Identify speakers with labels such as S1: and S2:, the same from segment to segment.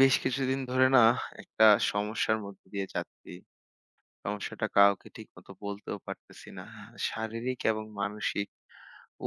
S1: বেশ কিছুদিন ধরে না একটা সমস্যার মধ্যে দিয়ে যাচ্ছি। সমস্যাটা কাউকে ঠিকমতো বলতেও পারতেছি না। শারীরিক এবং মানসিক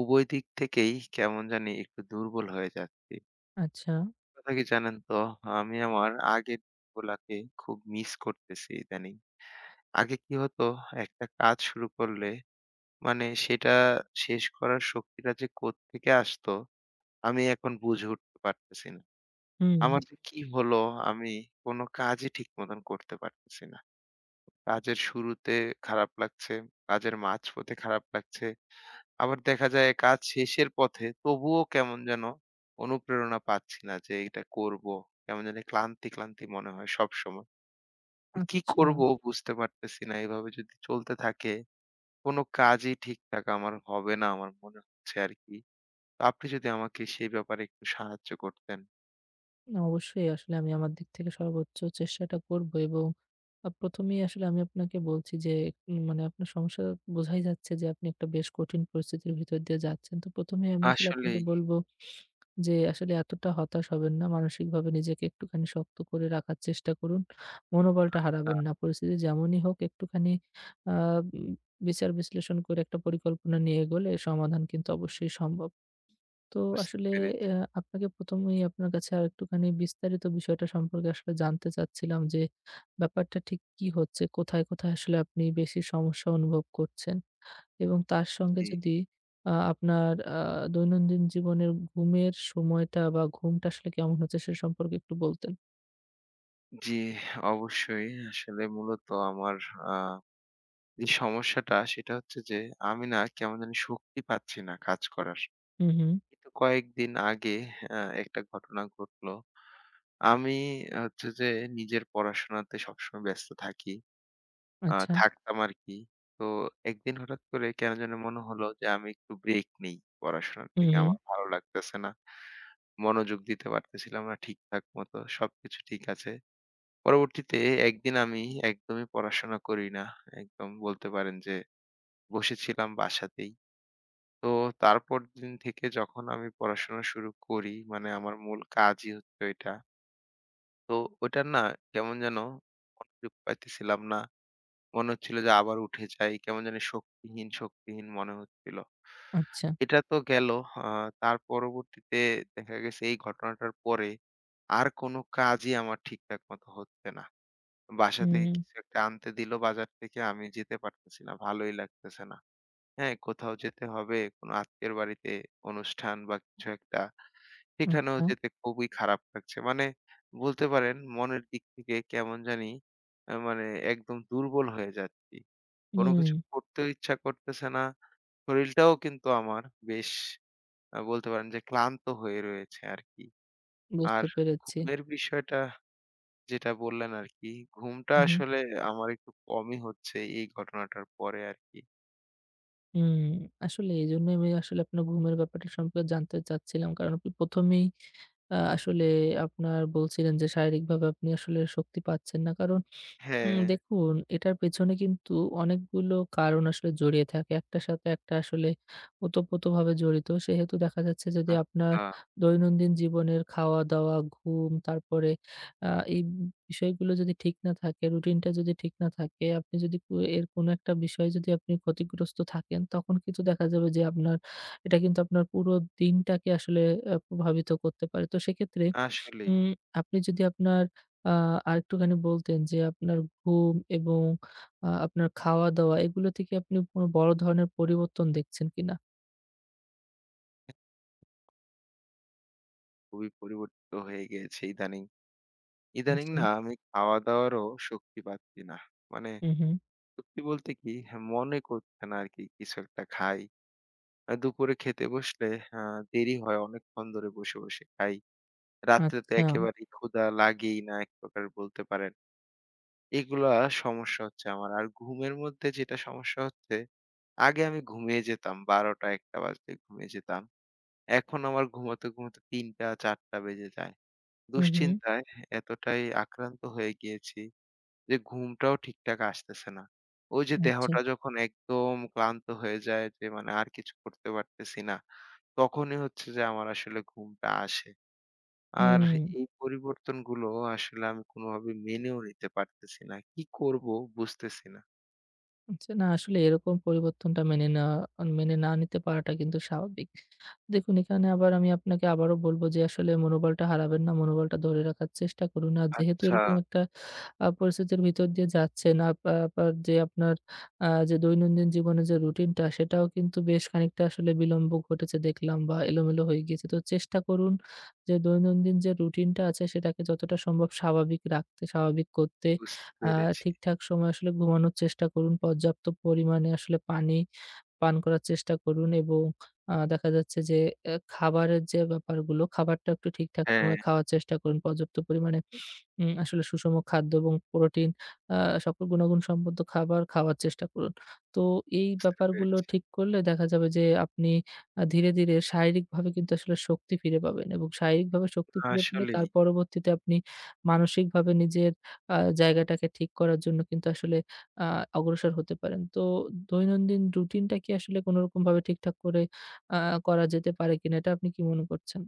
S1: উভয় দিক থেকেই কেমন জানি একটু দুর্বল হয়ে যাচ্ছি।
S2: আচ্ছা।
S1: কথা কি জানেন তো? আমি আমার আগের গুলাকে খুব মিস করতেছি ইদানিং। আগে কি হতো একটা কাজ শুরু করলে মানে সেটা শেষ করার শক্তিটা যে কোত্থেকে আসতো আমি এখন বুঝে উঠতে পারতেছি না।
S2: হুম,
S1: আমার যে কি হলো আমি কোন কাজই ঠিক মতন করতে পারতেছি না। কাজের শুরুতে খারাপ লাগছে, কাজের মাঝপথে খারাপ লাগছে। আবার দেখা যায় কাজ শেষের পথে তবুও কেমন যেন অনুপ্রেরণা পাচ্ছি না যে এটা করব। কেমন জানি ক্লান্তি, ক্লান্তি মনে হয় সবসময়। তো কি
S2: আচ্ছা।
S1: করব বুঝতে পারতেছি না। এভাবে যদি চলতে থাকে কোন কাজই ঠিকঠাক আমার হবে না আমার মনে হচ্ছে আরকি। তো আপনি যদি আমাকে সেই ব্যাপারে একটু সাহায্য করতেন।
S2: না অবশ্যই আসলে আমি আমার দিক থেকে সর্বোচ্চ চেষ্টাটা করব এবং ১ম এই আসলে আমি আপনাকে বলছি যে মানে আপনার সমস্যা বোঝাই যাচ্ছে যে আপনি একটা বেশ কঠিন পরিস্থিতির ভিতর দিয়ে যাচ্ছেন। তো ১ম এই আমি আসলে আপনাকে
S1: আসলেই।
S2: বলব যে আসলে এতটা হতাশ হবেন না। মানসিকভাবে নিজেকে একটুখানি শক্ত করে রাখার চেষ্টা করুন। মনোবলটা
S1: আ
S2: হারাবেন না। পরিস্থিতি যেমনই হোক একটুখানি আ উম বিচার বিশ্লেষণ করে একটা পরিকল্পনা নিয়ে এগোলে সমাধান কিন্তু অবশ্যই সম্ভব। তো
S1: বুঝতে
S2: আসলে
S1: পেরেছি।
S2: আপনাকে ১ম এই আপনার কাছে আরেকটুখানি বিস্তারিত বিষয়টা সম্পর্কে আসলে জানতে চাচ্ছিলাম যে, ব্যাপারটা ঠিক কি হচ্ছে? কোথায়, কোথায় আসলে আপনি বেশি সমস্যা অনুভব করছেন? এবং তার সঙ্গে যদি আপনার দৈনন্দিন জীবনের ঘুমের সময়টা বা ঘুমটা আসলে কেমন হচ্ছে সে সম্পর্কে একটু বলতেন।
S1: জি, অবশ্যই। আসলে মূলত আমার আ যে সমস্যাটা সেটা হচ্ছে যে আমি না কেমন জানি শক্তি পাচ্ছি না কাজ করার।
S2: হুম, হুম।
S1: কিন্তু কয়েকদিন আগে একটা ঘটনা ঘটলো। আমি হচ্ছে যে নিজের পড়াশোনাতে সবসময় ব্যস্ত থাকি।
S2: আচ্ছা।
S1: থাকতাম আরকি। তো একদিন হঠাৎ করে কেন জানি মনে হলো যে আমি একটু ব্রেক নেই পড়াশোনার
S2: হুম,
S1: থেকে।
S2: হুম।
S1: আমার ভালো লাগতেছে না। মনোযোগ দিতে পারতেছিলাম না ঠিকঠাক মতো। সবকিছু ঠিক আছে। পরবর্তীতে একদিন আমি একদমই পড়াশোনা করি না। একদম বলতে পারেন যে বসেছিলাম বাসাতেই। তো তারপর দিন থেকে যখন আমি পড়াশোনা শুরু করি, মানে আমার মূল কাজই হচ্ছে ওইটা। তো ওইটা না কেমন যেন মনোযোগ পাইতেছিলাম না। মনে হচ্ছিল যে আবার উঠে যাই। কেমন জানি শক্তিহীন, শক্তিহীন মনে হচ্ছিল।
S2: আচ্ছা।
S1: এটা তো গেল। আ তার পরবর্তীতে দেখা গেছে এই ঘটনাটার পরে আর কোনো কাজই আমার ঠিকঠাক মতো হচ্ছে না। বাসা থেকে
S2: হুম,
S1: কিছু একটা আনতে দিল বাজার থেকে, আমি যেতে পারতেছি না। ভালোই লাগতেছে না। হ্যাঁ, কোথাও যেতে হবে, কোনো আত্মীয়ের বাড়িতে অনুষ্ঠান বা কিছু একটা। সেখানেও
S2: আচ্ছা।
S1: যেতে খুবই খারাপ লাগছে। মানে বলতে পারেন মনের দিক থেকে কেমন জানি মানে একদম দুর্বল হয়ে যাচ্ছি। কোনো
S2: হুম,
S1: কিছু করতেও ইচ্ছা করতেছে না। শরীরটাও কিন্তু আমার বেশ বলতে পারেন যে ক্লান্ত হয়ে রয়েছে আরকি।
S2: বুঝতে
S1: আর
S2: পেরেছি।
S1: ঘুমের বিষয়টা যেটা বললেন আরকি, ঘুমটা
S2: হুম।
S1: আসলে আমার একটু কমই হচ্ছে এই ঘটনাটার পরে আরকি।
S2: হুম, আসলে এজন্যই আমি আসলে আপনার ঘুমের ব্যাপারটা সম্পর্কে জানতে চাচ্ছিলাম। কারণ আপনি ১ম এই আসলে আপনার বলছিলেন যে শারীরিকভাবে আপনি আসলে শক্তি পাচ্ছেন না। কারণ
S1: হ্যাঁ,
S2: দেখুন, এটার পেছনে কিন্তু অনেকগুলো কারণ আসলে জড়িয়ে থাকে। একটার সাথে একটা আসলে ওতপ্রোতভাবে জড়িত। সেহেতু দেখা যাচ্ছে যদি আপনার
S1: আচ্ছা,
S2: দৈনন্দিন জীবনের খাওয়া-দাওয়া, ঘুম, তারপরে আ এই বিষয়গুলো যদি ঠিক না থাকে, রুটিনটা যদি ঠিক না থাকে, আপনি যদি কো এর কোনো একটা বিষয়ে যদি আপনি ক্ষতিগ্রস্ত থাকেন, তখন কিন্তু দেখা যাবে যে আপনার এটা কিন্তু আপনার পুরো দিনটাকে আসলে প্রভাবিত করতে পারে। তো সেক্ষেত্রে
S1: আসলেই।
S2: উম আপনি যদি আপনার আ আরেকটুখানি বলতেন যে আপনার ঘুম এবং আপনার খাওয়া-দাওয়া এগুলোতে কি আপনি কোনো বড় ধরনের পরিবর্তন দেখছেন কিনা?
S1: খুবই পরিবর্তিত হয়ে গিয়েছে ইদানিং। ইদানিং
S2: আচ্ছা।
S1: না আমি খাওয়া-দাওয়ারও শক্তি পাচ্ছি না। মানে
S2: হু, হু।
S1: সত্যি বলতে কি হ্যাঁ, মনে করছে না আরকি কিছু একটা খাই। দুপুরে খেতে বসলে আ দেরি হয় অনেকক্ষণ ধরে বসে, বসে খাই। রাত্রে তো
S2: আচ্ছা।
S1: একেবারেই ক্ষুধা লাগেই না এক প্রকার বলতে পারেন। এগুলা সমস্যা হচ্ছে আমার। আর ঘুমের মধ্যে যেটা সমস্যা হচ্ছে, আগে আমি ঘুমিয়ে যেতাম ১২:০০ ১:০০ বাজলে ঘুমিয়ে যেতাম। এখন আমার ঘুমাতে, ঘুমাতে ৩:০০ ৪:০০ বেজে যায়।
S2: হু, হু।
S1: দুশ্চিন্তায় এতটাই আক্রান্ত হয়ে গিয়েছি যে ঘুমটাও ঠিকঠাক আসতেছে না। ওই যে
S2: আচ্ছা।
S1: দেহটা যখন একদম ক্লান্ত হয়ে যায় যে মানে আর কিছু করতে পারতেছি না, তখনই হচ্ছে যে আমার আসলে ঘুমটা আসে। আর
S2: হুম।
S1: এই পরিবর্তনগুলো আসলে আমি কোনোভাবে মেনেও নিতে পারতেছি না। কি করব বুঝতেছি না।
S2: আচ্ছা না আসলে এরকম পরিবর্তনটা মেনে নেওয়া মেনে না নিতে পারাটা কিন্তু স্বাভাবিক। দেখুন এখানে আবার আমি আপনাকে আবারও বলব যে আসলে মনোবলটা হারাবেন না। মনোবলটা ধরে রাখার চেষ্টা করুন। আর যেহেতু
S1: আচ্ছা,
S2: এরকম একটা পরিস্থিতির ভিতর দিয়ে যাচ্ছেন, আবার যে আপনার যে দৈনন্দিন জীবনের যে রুটিনটা সেটাও কিন্তু বেশ খানিকটা আসলে বিলম্ব ঘটেছে দেখলাম বা এলোমেলো হয়ে গিয়েছে। তো চেষ্টা করুন যে দৈনন্দিন যে রুটিনটা আছে সেটাকে যতটা সম্ভব স্বাভাবিক রাখতে, স্বাভাবিক করতে।
S1: বুঝতে
S2: আ
S1: পেরেছি।
S2: ঠিকঠাক সময়ে আসলে ঘুমানোর চেষ্টা করুন। পর্যাপ্ত পরিমাণে আসলে পানি পান করার চেষ্টা করুন এবং দেখা যাচ্ছে যে খাবারের যে ব্যাপারগুলো, খাবারটা একটু ঠিকঠাক
S1: হ্যাঁ,
S2: সময়ে খাওয়ার চেষ্টা করুন। পর্যাপ্ত পরিমাণে আসলে সুষম খাদ্য এবং প্রোটিন আ সকল গুণাগুণ সম্পন্ন খাবার খাওয়ার চেষ্টা করুন। তো এই
S1: বুঝতে
S2: ব্যাপারগুলো
S1: পেরেছি।
S2: ঠিক করলে দেখা যাবে যে আপনি ধীরে, ধীরে শারীরিকভাবে কিন্তু আসলে শক্তি ফিরে পাবেন এবং শারীরিকভাবে শক্তি ফিরে পেলে
S1: আসলেই।
S2: তার পরবর্তীতে আপনি মানসিকভাবে নিজের জায়গাটাকে ঠিক করার জন্য কিন্তু আসলে আ অগ্রসর হতে পারেন। তো দৈনন্দিন রুটিনটা কি আসলে কোনরকমভাবে ঠিকঠাক করে আ করা যেতে পারে কিনা এটা আপনি কি মনে করছেন?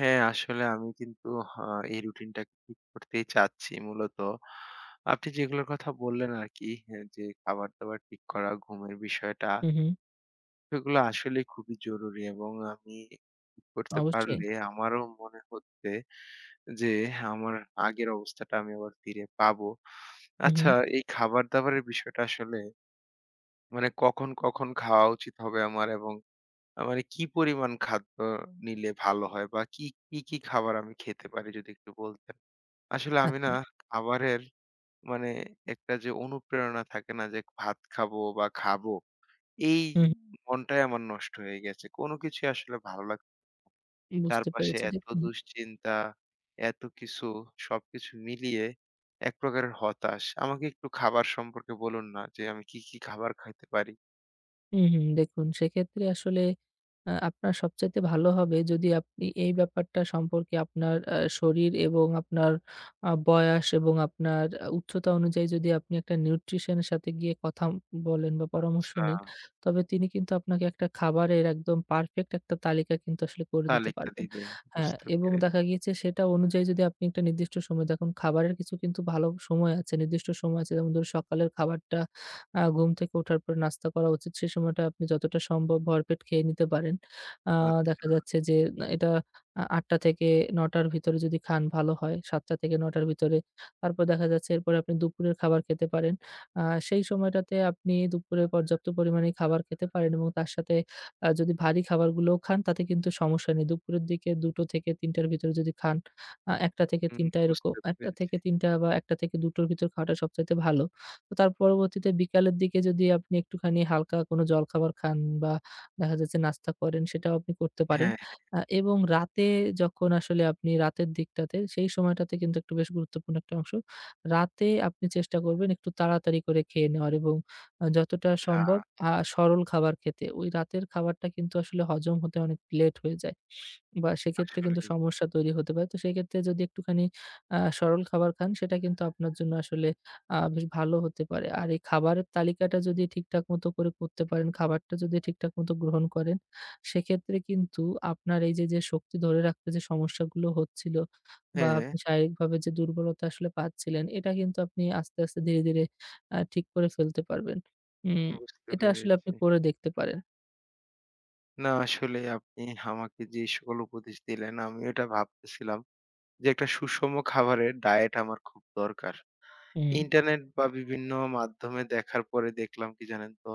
S1: হ্যাঁ, আসলে আমি কিন্তু আ এই রুটিনটাকে ঠিক করতেই চাচ্ছি মূলত। আপনি যেগুলোর কথা বললেন আরকি হ্যাঁ, যে খাবার-দাবার ঠিক করা, ঘুমের বিষয়টা,
S2: হু, হু।
S1: সেগুলো আসলেই খুবই জরুরি এবং আমি ঠিক করতে
S2: অবশ্যই।
S1: পারলে আমারও মনে হচ্ছে যে আমার আগের অবস্থাটা আমি আবার ফিরে পাবো।
S2: হু, হু।
S1: আচ্ছা এই খাবার-দাবারের বিষয়টা আসলে মানে কখন, কখন খাওয়া উচিত হবে আমার এবং মানে কি পরিমাণ খাদ্য নিলে ভালো হয়? বা কি, কি খাবার আমি খেতে পারি যদি একটু বলতেন? আসলে আমি না
S2: আচ্ছা।
S1: খাবারের মানে একটা যে অনুপ্রেরণা থাকে না যে ভাত খাবো বা খাবো, এই
S2: হু, হু।
S1: মনটাই আমার নষ্ট হয়ে গেছে। কোনো কিছুই আসলে ভালো লাগ
S2: বুঝতে
S1: চারপাশে
S2: পেরেছি।
S1: এত
S2: দেখুন
S1: দুশ্চিন্তা, এত কিছু সবকিছু মিলিয়ে এক প্রকারের হতাশ। আমাকে একটু খাবার সম্পর্কে বলুন না যে আমি কি, কি খাবার খাইতে পারি?
S2: হুম, হুম। দেখুন সেক্ষেত্রে আসলে আপনার সবচাইতে ভালো হবে যদি আপনি এই ব্যাপারটা সম্পর্কে আপনার শরীর এবং আপনার বয়স এবং আপনার উচ্চতা অনুযায়ী যদি আপনি একটা নিউট্রিশন এর সাথে গিয়ে কথা বলেন বা পরামর্শ
S1: আচ্ছা
S2: নেন, তবে তিনি কিন্তু আপনাকে একটা খাবারের একদম পারফেক্ট একটা তালিকা কিন্তু আসলে করে দিতে
S1: তালিকা
S2: পারবেন।
S1: দিবে,
S2: হ্যাঁ,
S1: বুঝতে
S2: এবং
S1: পেরেছি।
S2: দেখা গিয়েছে সেটা অনুযায়ী যদি আপনি একটা নির্দিষ্ট সময় দেখুন খাবারের কিছু কিন্তু ভালো সময় আছে, নির্দিষ্ট সময় আছে যেমন ধরুন সকালের খাবারটা ঘুম থেকে ওঠার পর নাস্তা করা উচিত। সে সময়টা আপনি যতটা সম্ভব ভরপেট খেয়ে নিতে পারেন। আ দেখা যাচ্ছে যে না এটা ৮ঃ০০ থেকে ৯ঃ০০ র ভিতরে যদি খান ভালো হয়। ৭ঃ০০ থেকে ৯ঃ০০ র ভিতরে। তারপর দেখা যাচ্ছে এরপরে আপনি দুপুরের খাবার খেতে পারেন। আ সেই সময়টাতে আপনি দুপুরে পর্যাপ্ত পরিমাণে খাবার খেতে পারেন এবং তার সাথে যদি ভারী খাবারগুলোও খান তাতে কিন্তু সমস্যা নেই। দুপুরের দিকে ২ঃ০০ থেকে ৩ঃ০০ র ভিতরে যদি খান ১ঃ০০ থেকে
S1: হুম,
S2: ৩ঃ০০ এরকম
S1: বুঝতে
S2: ১ঃ০০
S1: পেরেছি।
S2: থেকে ৩ঃ০০ বা ১ঃ০০ থেকে ২ঃ০০ র ভিতর খাওয়াটা সবচাইতে ভালো। তো তার পরবর্তীতে বিকালের দিকে যদি আপনি একটুখানি হালকা কোনো জলখাবার খান বা দেখা যাচ্ছে নাস্তা করেন সেটাও আপনি করতে পারেন।
S1: হ্যাঁ,
S2: এবং রাতে যখন আসলে আপনি রাতের দিকটাতে সেই সময়টাতে কিন্তু একটু বেশ গুরুত্বপূর্ণ একটা অংশ। রাতে আপনি চেষ্টা করবেন একটু তাড়াতাড়ি করে খেয়ে নেওয়ার এবং যতটা সম্ভব
S1: আচ্ছা
S2: সরল খাবার খেতে। ওই রাতের খাবারটা কিন্তু আসলে হজম হতে অনেক লেট হয়ে যায়। বা সেক্ষেত্রে কিন্তু
S1: আসলেই।
S2: সমস্যা তৈরি হতে পারে। তো সেক্ষেত্রে যদি একটুখানি সরল খাবার খান সেটা কিন্তু আপনার জন্য আসলে বেশ ভালো হতে পারে। আর এই খাবারের তালিকাটা যদি ঠিকঠাক মতো করে করতে পারেন, খাবারটা যদি ঠিকঠাক মতো গ্রহণ করেন, সেক্ষেত্রে কিন্তু আপনার এই যে, যে শক্তি ধরে রাখতে যে সমস্যাগুলো হচ্ছিল বা
S1: হ্যাঁ,
S2: আপনি শারীরিকভাবে যে দুর্বলতা আসলে পাচ্ছিলেন, এটা কিন্তু আপনি আস্তে, আস্তে ধীরে, ধীরে ঠিক করে ফেলতে পারবেন। উম
S1: বুঝতে
S2: এটা আসলে আপনি
S1: পেরেছি।
S2: করে দেখতে পারেন।
S1: না আসলে আপনি আমাকে যে সকল উপদেশ দিলেন আমি এটা ভাবতেছিলাম যে একটা সুষম খাবারের ডায়েট আমার খুব দরকার।
S2: হুম,
S1: ইন্টারনেট বা বিভিন্ন মাধ্যমে দেখার পরে দেখলাম কি জানেন তো?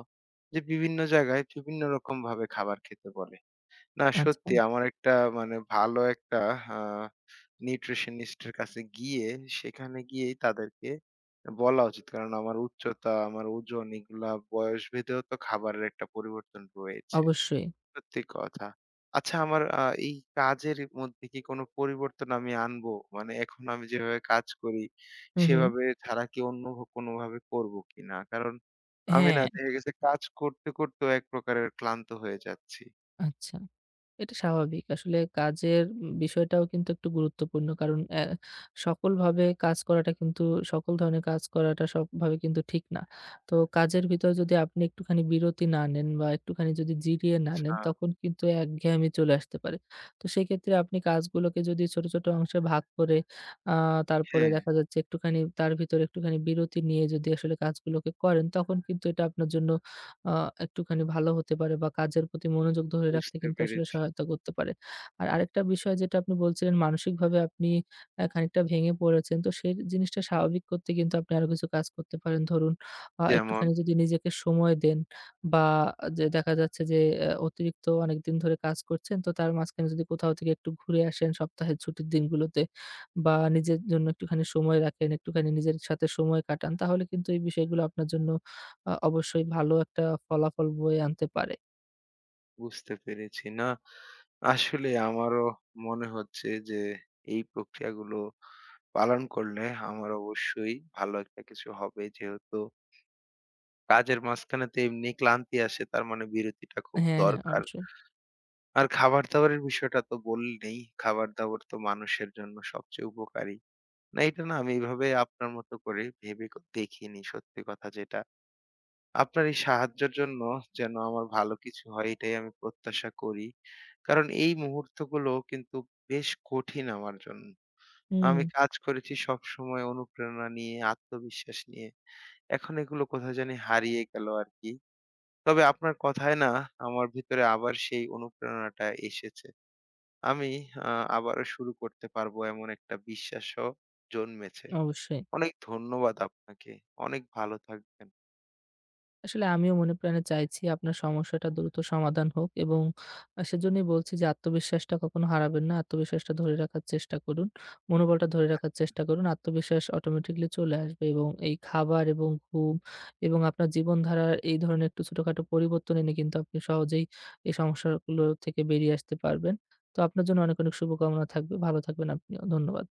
S1: যে বিভিন্ন জায়গায় বিভিন্ন রকম ভাবে খাবার খেতে বলে। না
S2: আচ্ছা।
S1: সত্যি আমার একটা মানে ভালো একটা আ নিউট্রিশনিস্ট এর কাছে গিয়ে সেখানে গিয়েই তাদেরকে বলা উচিত। কারণ আমার উচ্চতা, আমার ওজন এগুলা বয়স ভেদেও তো খাবারের একটা পরিবর্তন রয়েছে।
S2: অবশ্যই।
S1: সত্যি কথা। আচ্ছা আমার এই কাজের মধ্যে কি কোনো পরিবর্তন আমি আনবো? মানে এখন আমি যেভাবে কাজ করি
S2: হু, হু।
S1: সেভাবে ছাড়া কি অন্য কোনোভাবে করবো কিনা? কারণ আমি না
S2: হ্যাঁ,
S1: দেখা গেছে কাজ করতে, করতেও এক প্রকারের ক্লান্ত হয়ে যাচ্ছি।
S2: আচ্ছা। এটা স্বাভাবিক। আসলে কাজের বিষয়টাও কিন্তু একটু গুরুত্বপূর্ণ। কারণ সকলভাবে কাজ করাটা কিন্তু সকল ধরনের কাজ করাটা সবভাবে কিন্তু ঠিক না। তো কাজের ভিতর যদি আপনি একটুখানি বিরতি না নেন বা একটুখানি যদি জিরিয়ে না নেন,
S1: আচ্ছা
S2: তখন কিন্তু একঘেয়েমি চলে আসতে পারে। তো সেক্ষেত্রে আপনি কাজগুলোকে যদি ছোট, ছোট অংশে ভাগ করে আ তারপরে
S1: হ্যাঁ।
S2: দেখা যাচ্ছে একটুখানি তার ভিতরে একটুখানি বিরতি নিয়ে যদি আসলে কাজগুলোকে করেন, তখন কিন্তু এটা আপনার জন্য আ একটুখানি ভালো হতে পারে বা কাজের প্রতি মনোযোগ ধরে রাখতে
S1: বুঝতে
S2: কিন্তু আসলে
S1: পেরেছি।
S2: সহায়তা করতে পারে। আর আরেকটা বিষয় যেটা আপনি বলছিলেন মানসিকভাবে আপনি খানিকটা ভেঙে পড়েছেন। তো সেই জিনিসটা স্বাভাবিক করতে কিন্তু আপনি আরো কিছু কাজ করতে পারেন। ধরুন
S1: যেমন?
S2: একটুখানি যদি নিজেকে সময় দেন বা যে দেখা যাচ্ছে যে অতিরিক্ত অনেকদিন ধরে কাজ করছেন তো তার মাঝখানে যদি কোথাও থেকে একটু ঘুরে আসেন সপ্তাহের ছুটির দিনগুলোতে বা নিজের জন্য একটুখানি সময় রাখেন, একটুখানি নিজের সাথে সময় কাটান তাহলে কিন্তু এই বিষয়গুলো আপনার জন্য অবশ্যই ভালো একটা ফলাফল বয়ে আনতে পারে।
S1: বুঝতে পেরেছি। না, আসলে আমারও মনে হচ্ছে যে এই প্রক্রিয়াগুলো পালন করলে আমার অবশ্যই ভালো একটা কিছু হবে। যেহেতু কাজের মাঝখানে তো এমনি ক্লান্তি আসে তার মানে বিরতিটা খুব
S2: হ্যাঁ, হ্যাঁ,
S1: দরকার।
S2: অবশ্যই।
S1: আর খাবার-দাবারের বিষয়টা তো বললেই। খাবার-দাবার তো মানুষের জন্য সবচেয়ে উপকারী। না এটা না আমি এভাবে আপনার মতো করে ভেবে ক দেখিনি সত্যি কথা যেটা। আপনার এই সাহায্যের জন্য যেন আমার ভালো কিছু হয় এটাই আমি প্রত্যাশা করি। কারণ এই মুহূর্তগুলো কিন্তু বেশ কঠিন আমার জন্য।
S2: হুম।
S1: আমি কাজ করেছি সবসময় অনুপ্রেরণা নিয়ে, আত্মবিশ্বাস নিয়ে। এখন এগুলো কোথায় জানি হারিয়ে গেল আরকি। তবে আপনার কথায় না আমার ভিতরে আবার সেই অনুপ্রেরণাটা এসেছে। আমি আ আবারও শুরু করতে পারবো এমন একটা বিশ্বাসও জন্মেছে।
S2: অবশ্যই।
S1: অনেক ধন্যবাদ আপনাকে। অনেক ভালো থাকবেন।
S2: আসলে আমিও মনে প্রাণে চাইছি আপনার সমস্যাটা দ্রুত সমাধান হোক এবং সেজন্যই বলছি যে আত্মবিশ্বাসটা কখনো হারাবেন না। আত্মবিশ্বাসটা ধরে রাখার চেষ্টা করুন। মনোবলটা ধরে রাখার চেষ্টা করুন। আত্মবিশ্বাস অটোমেটিক্যালি চলে আসবে এবং এই খাবার এবং ঘুম এবং আপনার জীবনধারার এই ধরনের একটু ছোটখাটো পরিবর্তন এনে কিন্তু আপনি সহজেই এই সমস্যাগুলো থেকে বেরিয়ে আসতে পারবেন। তো আপনার জন্য অনেক, অনেক শুভকামনা থাকবে। ভালো থাকবেন আপনিও। ধন্যবাদ।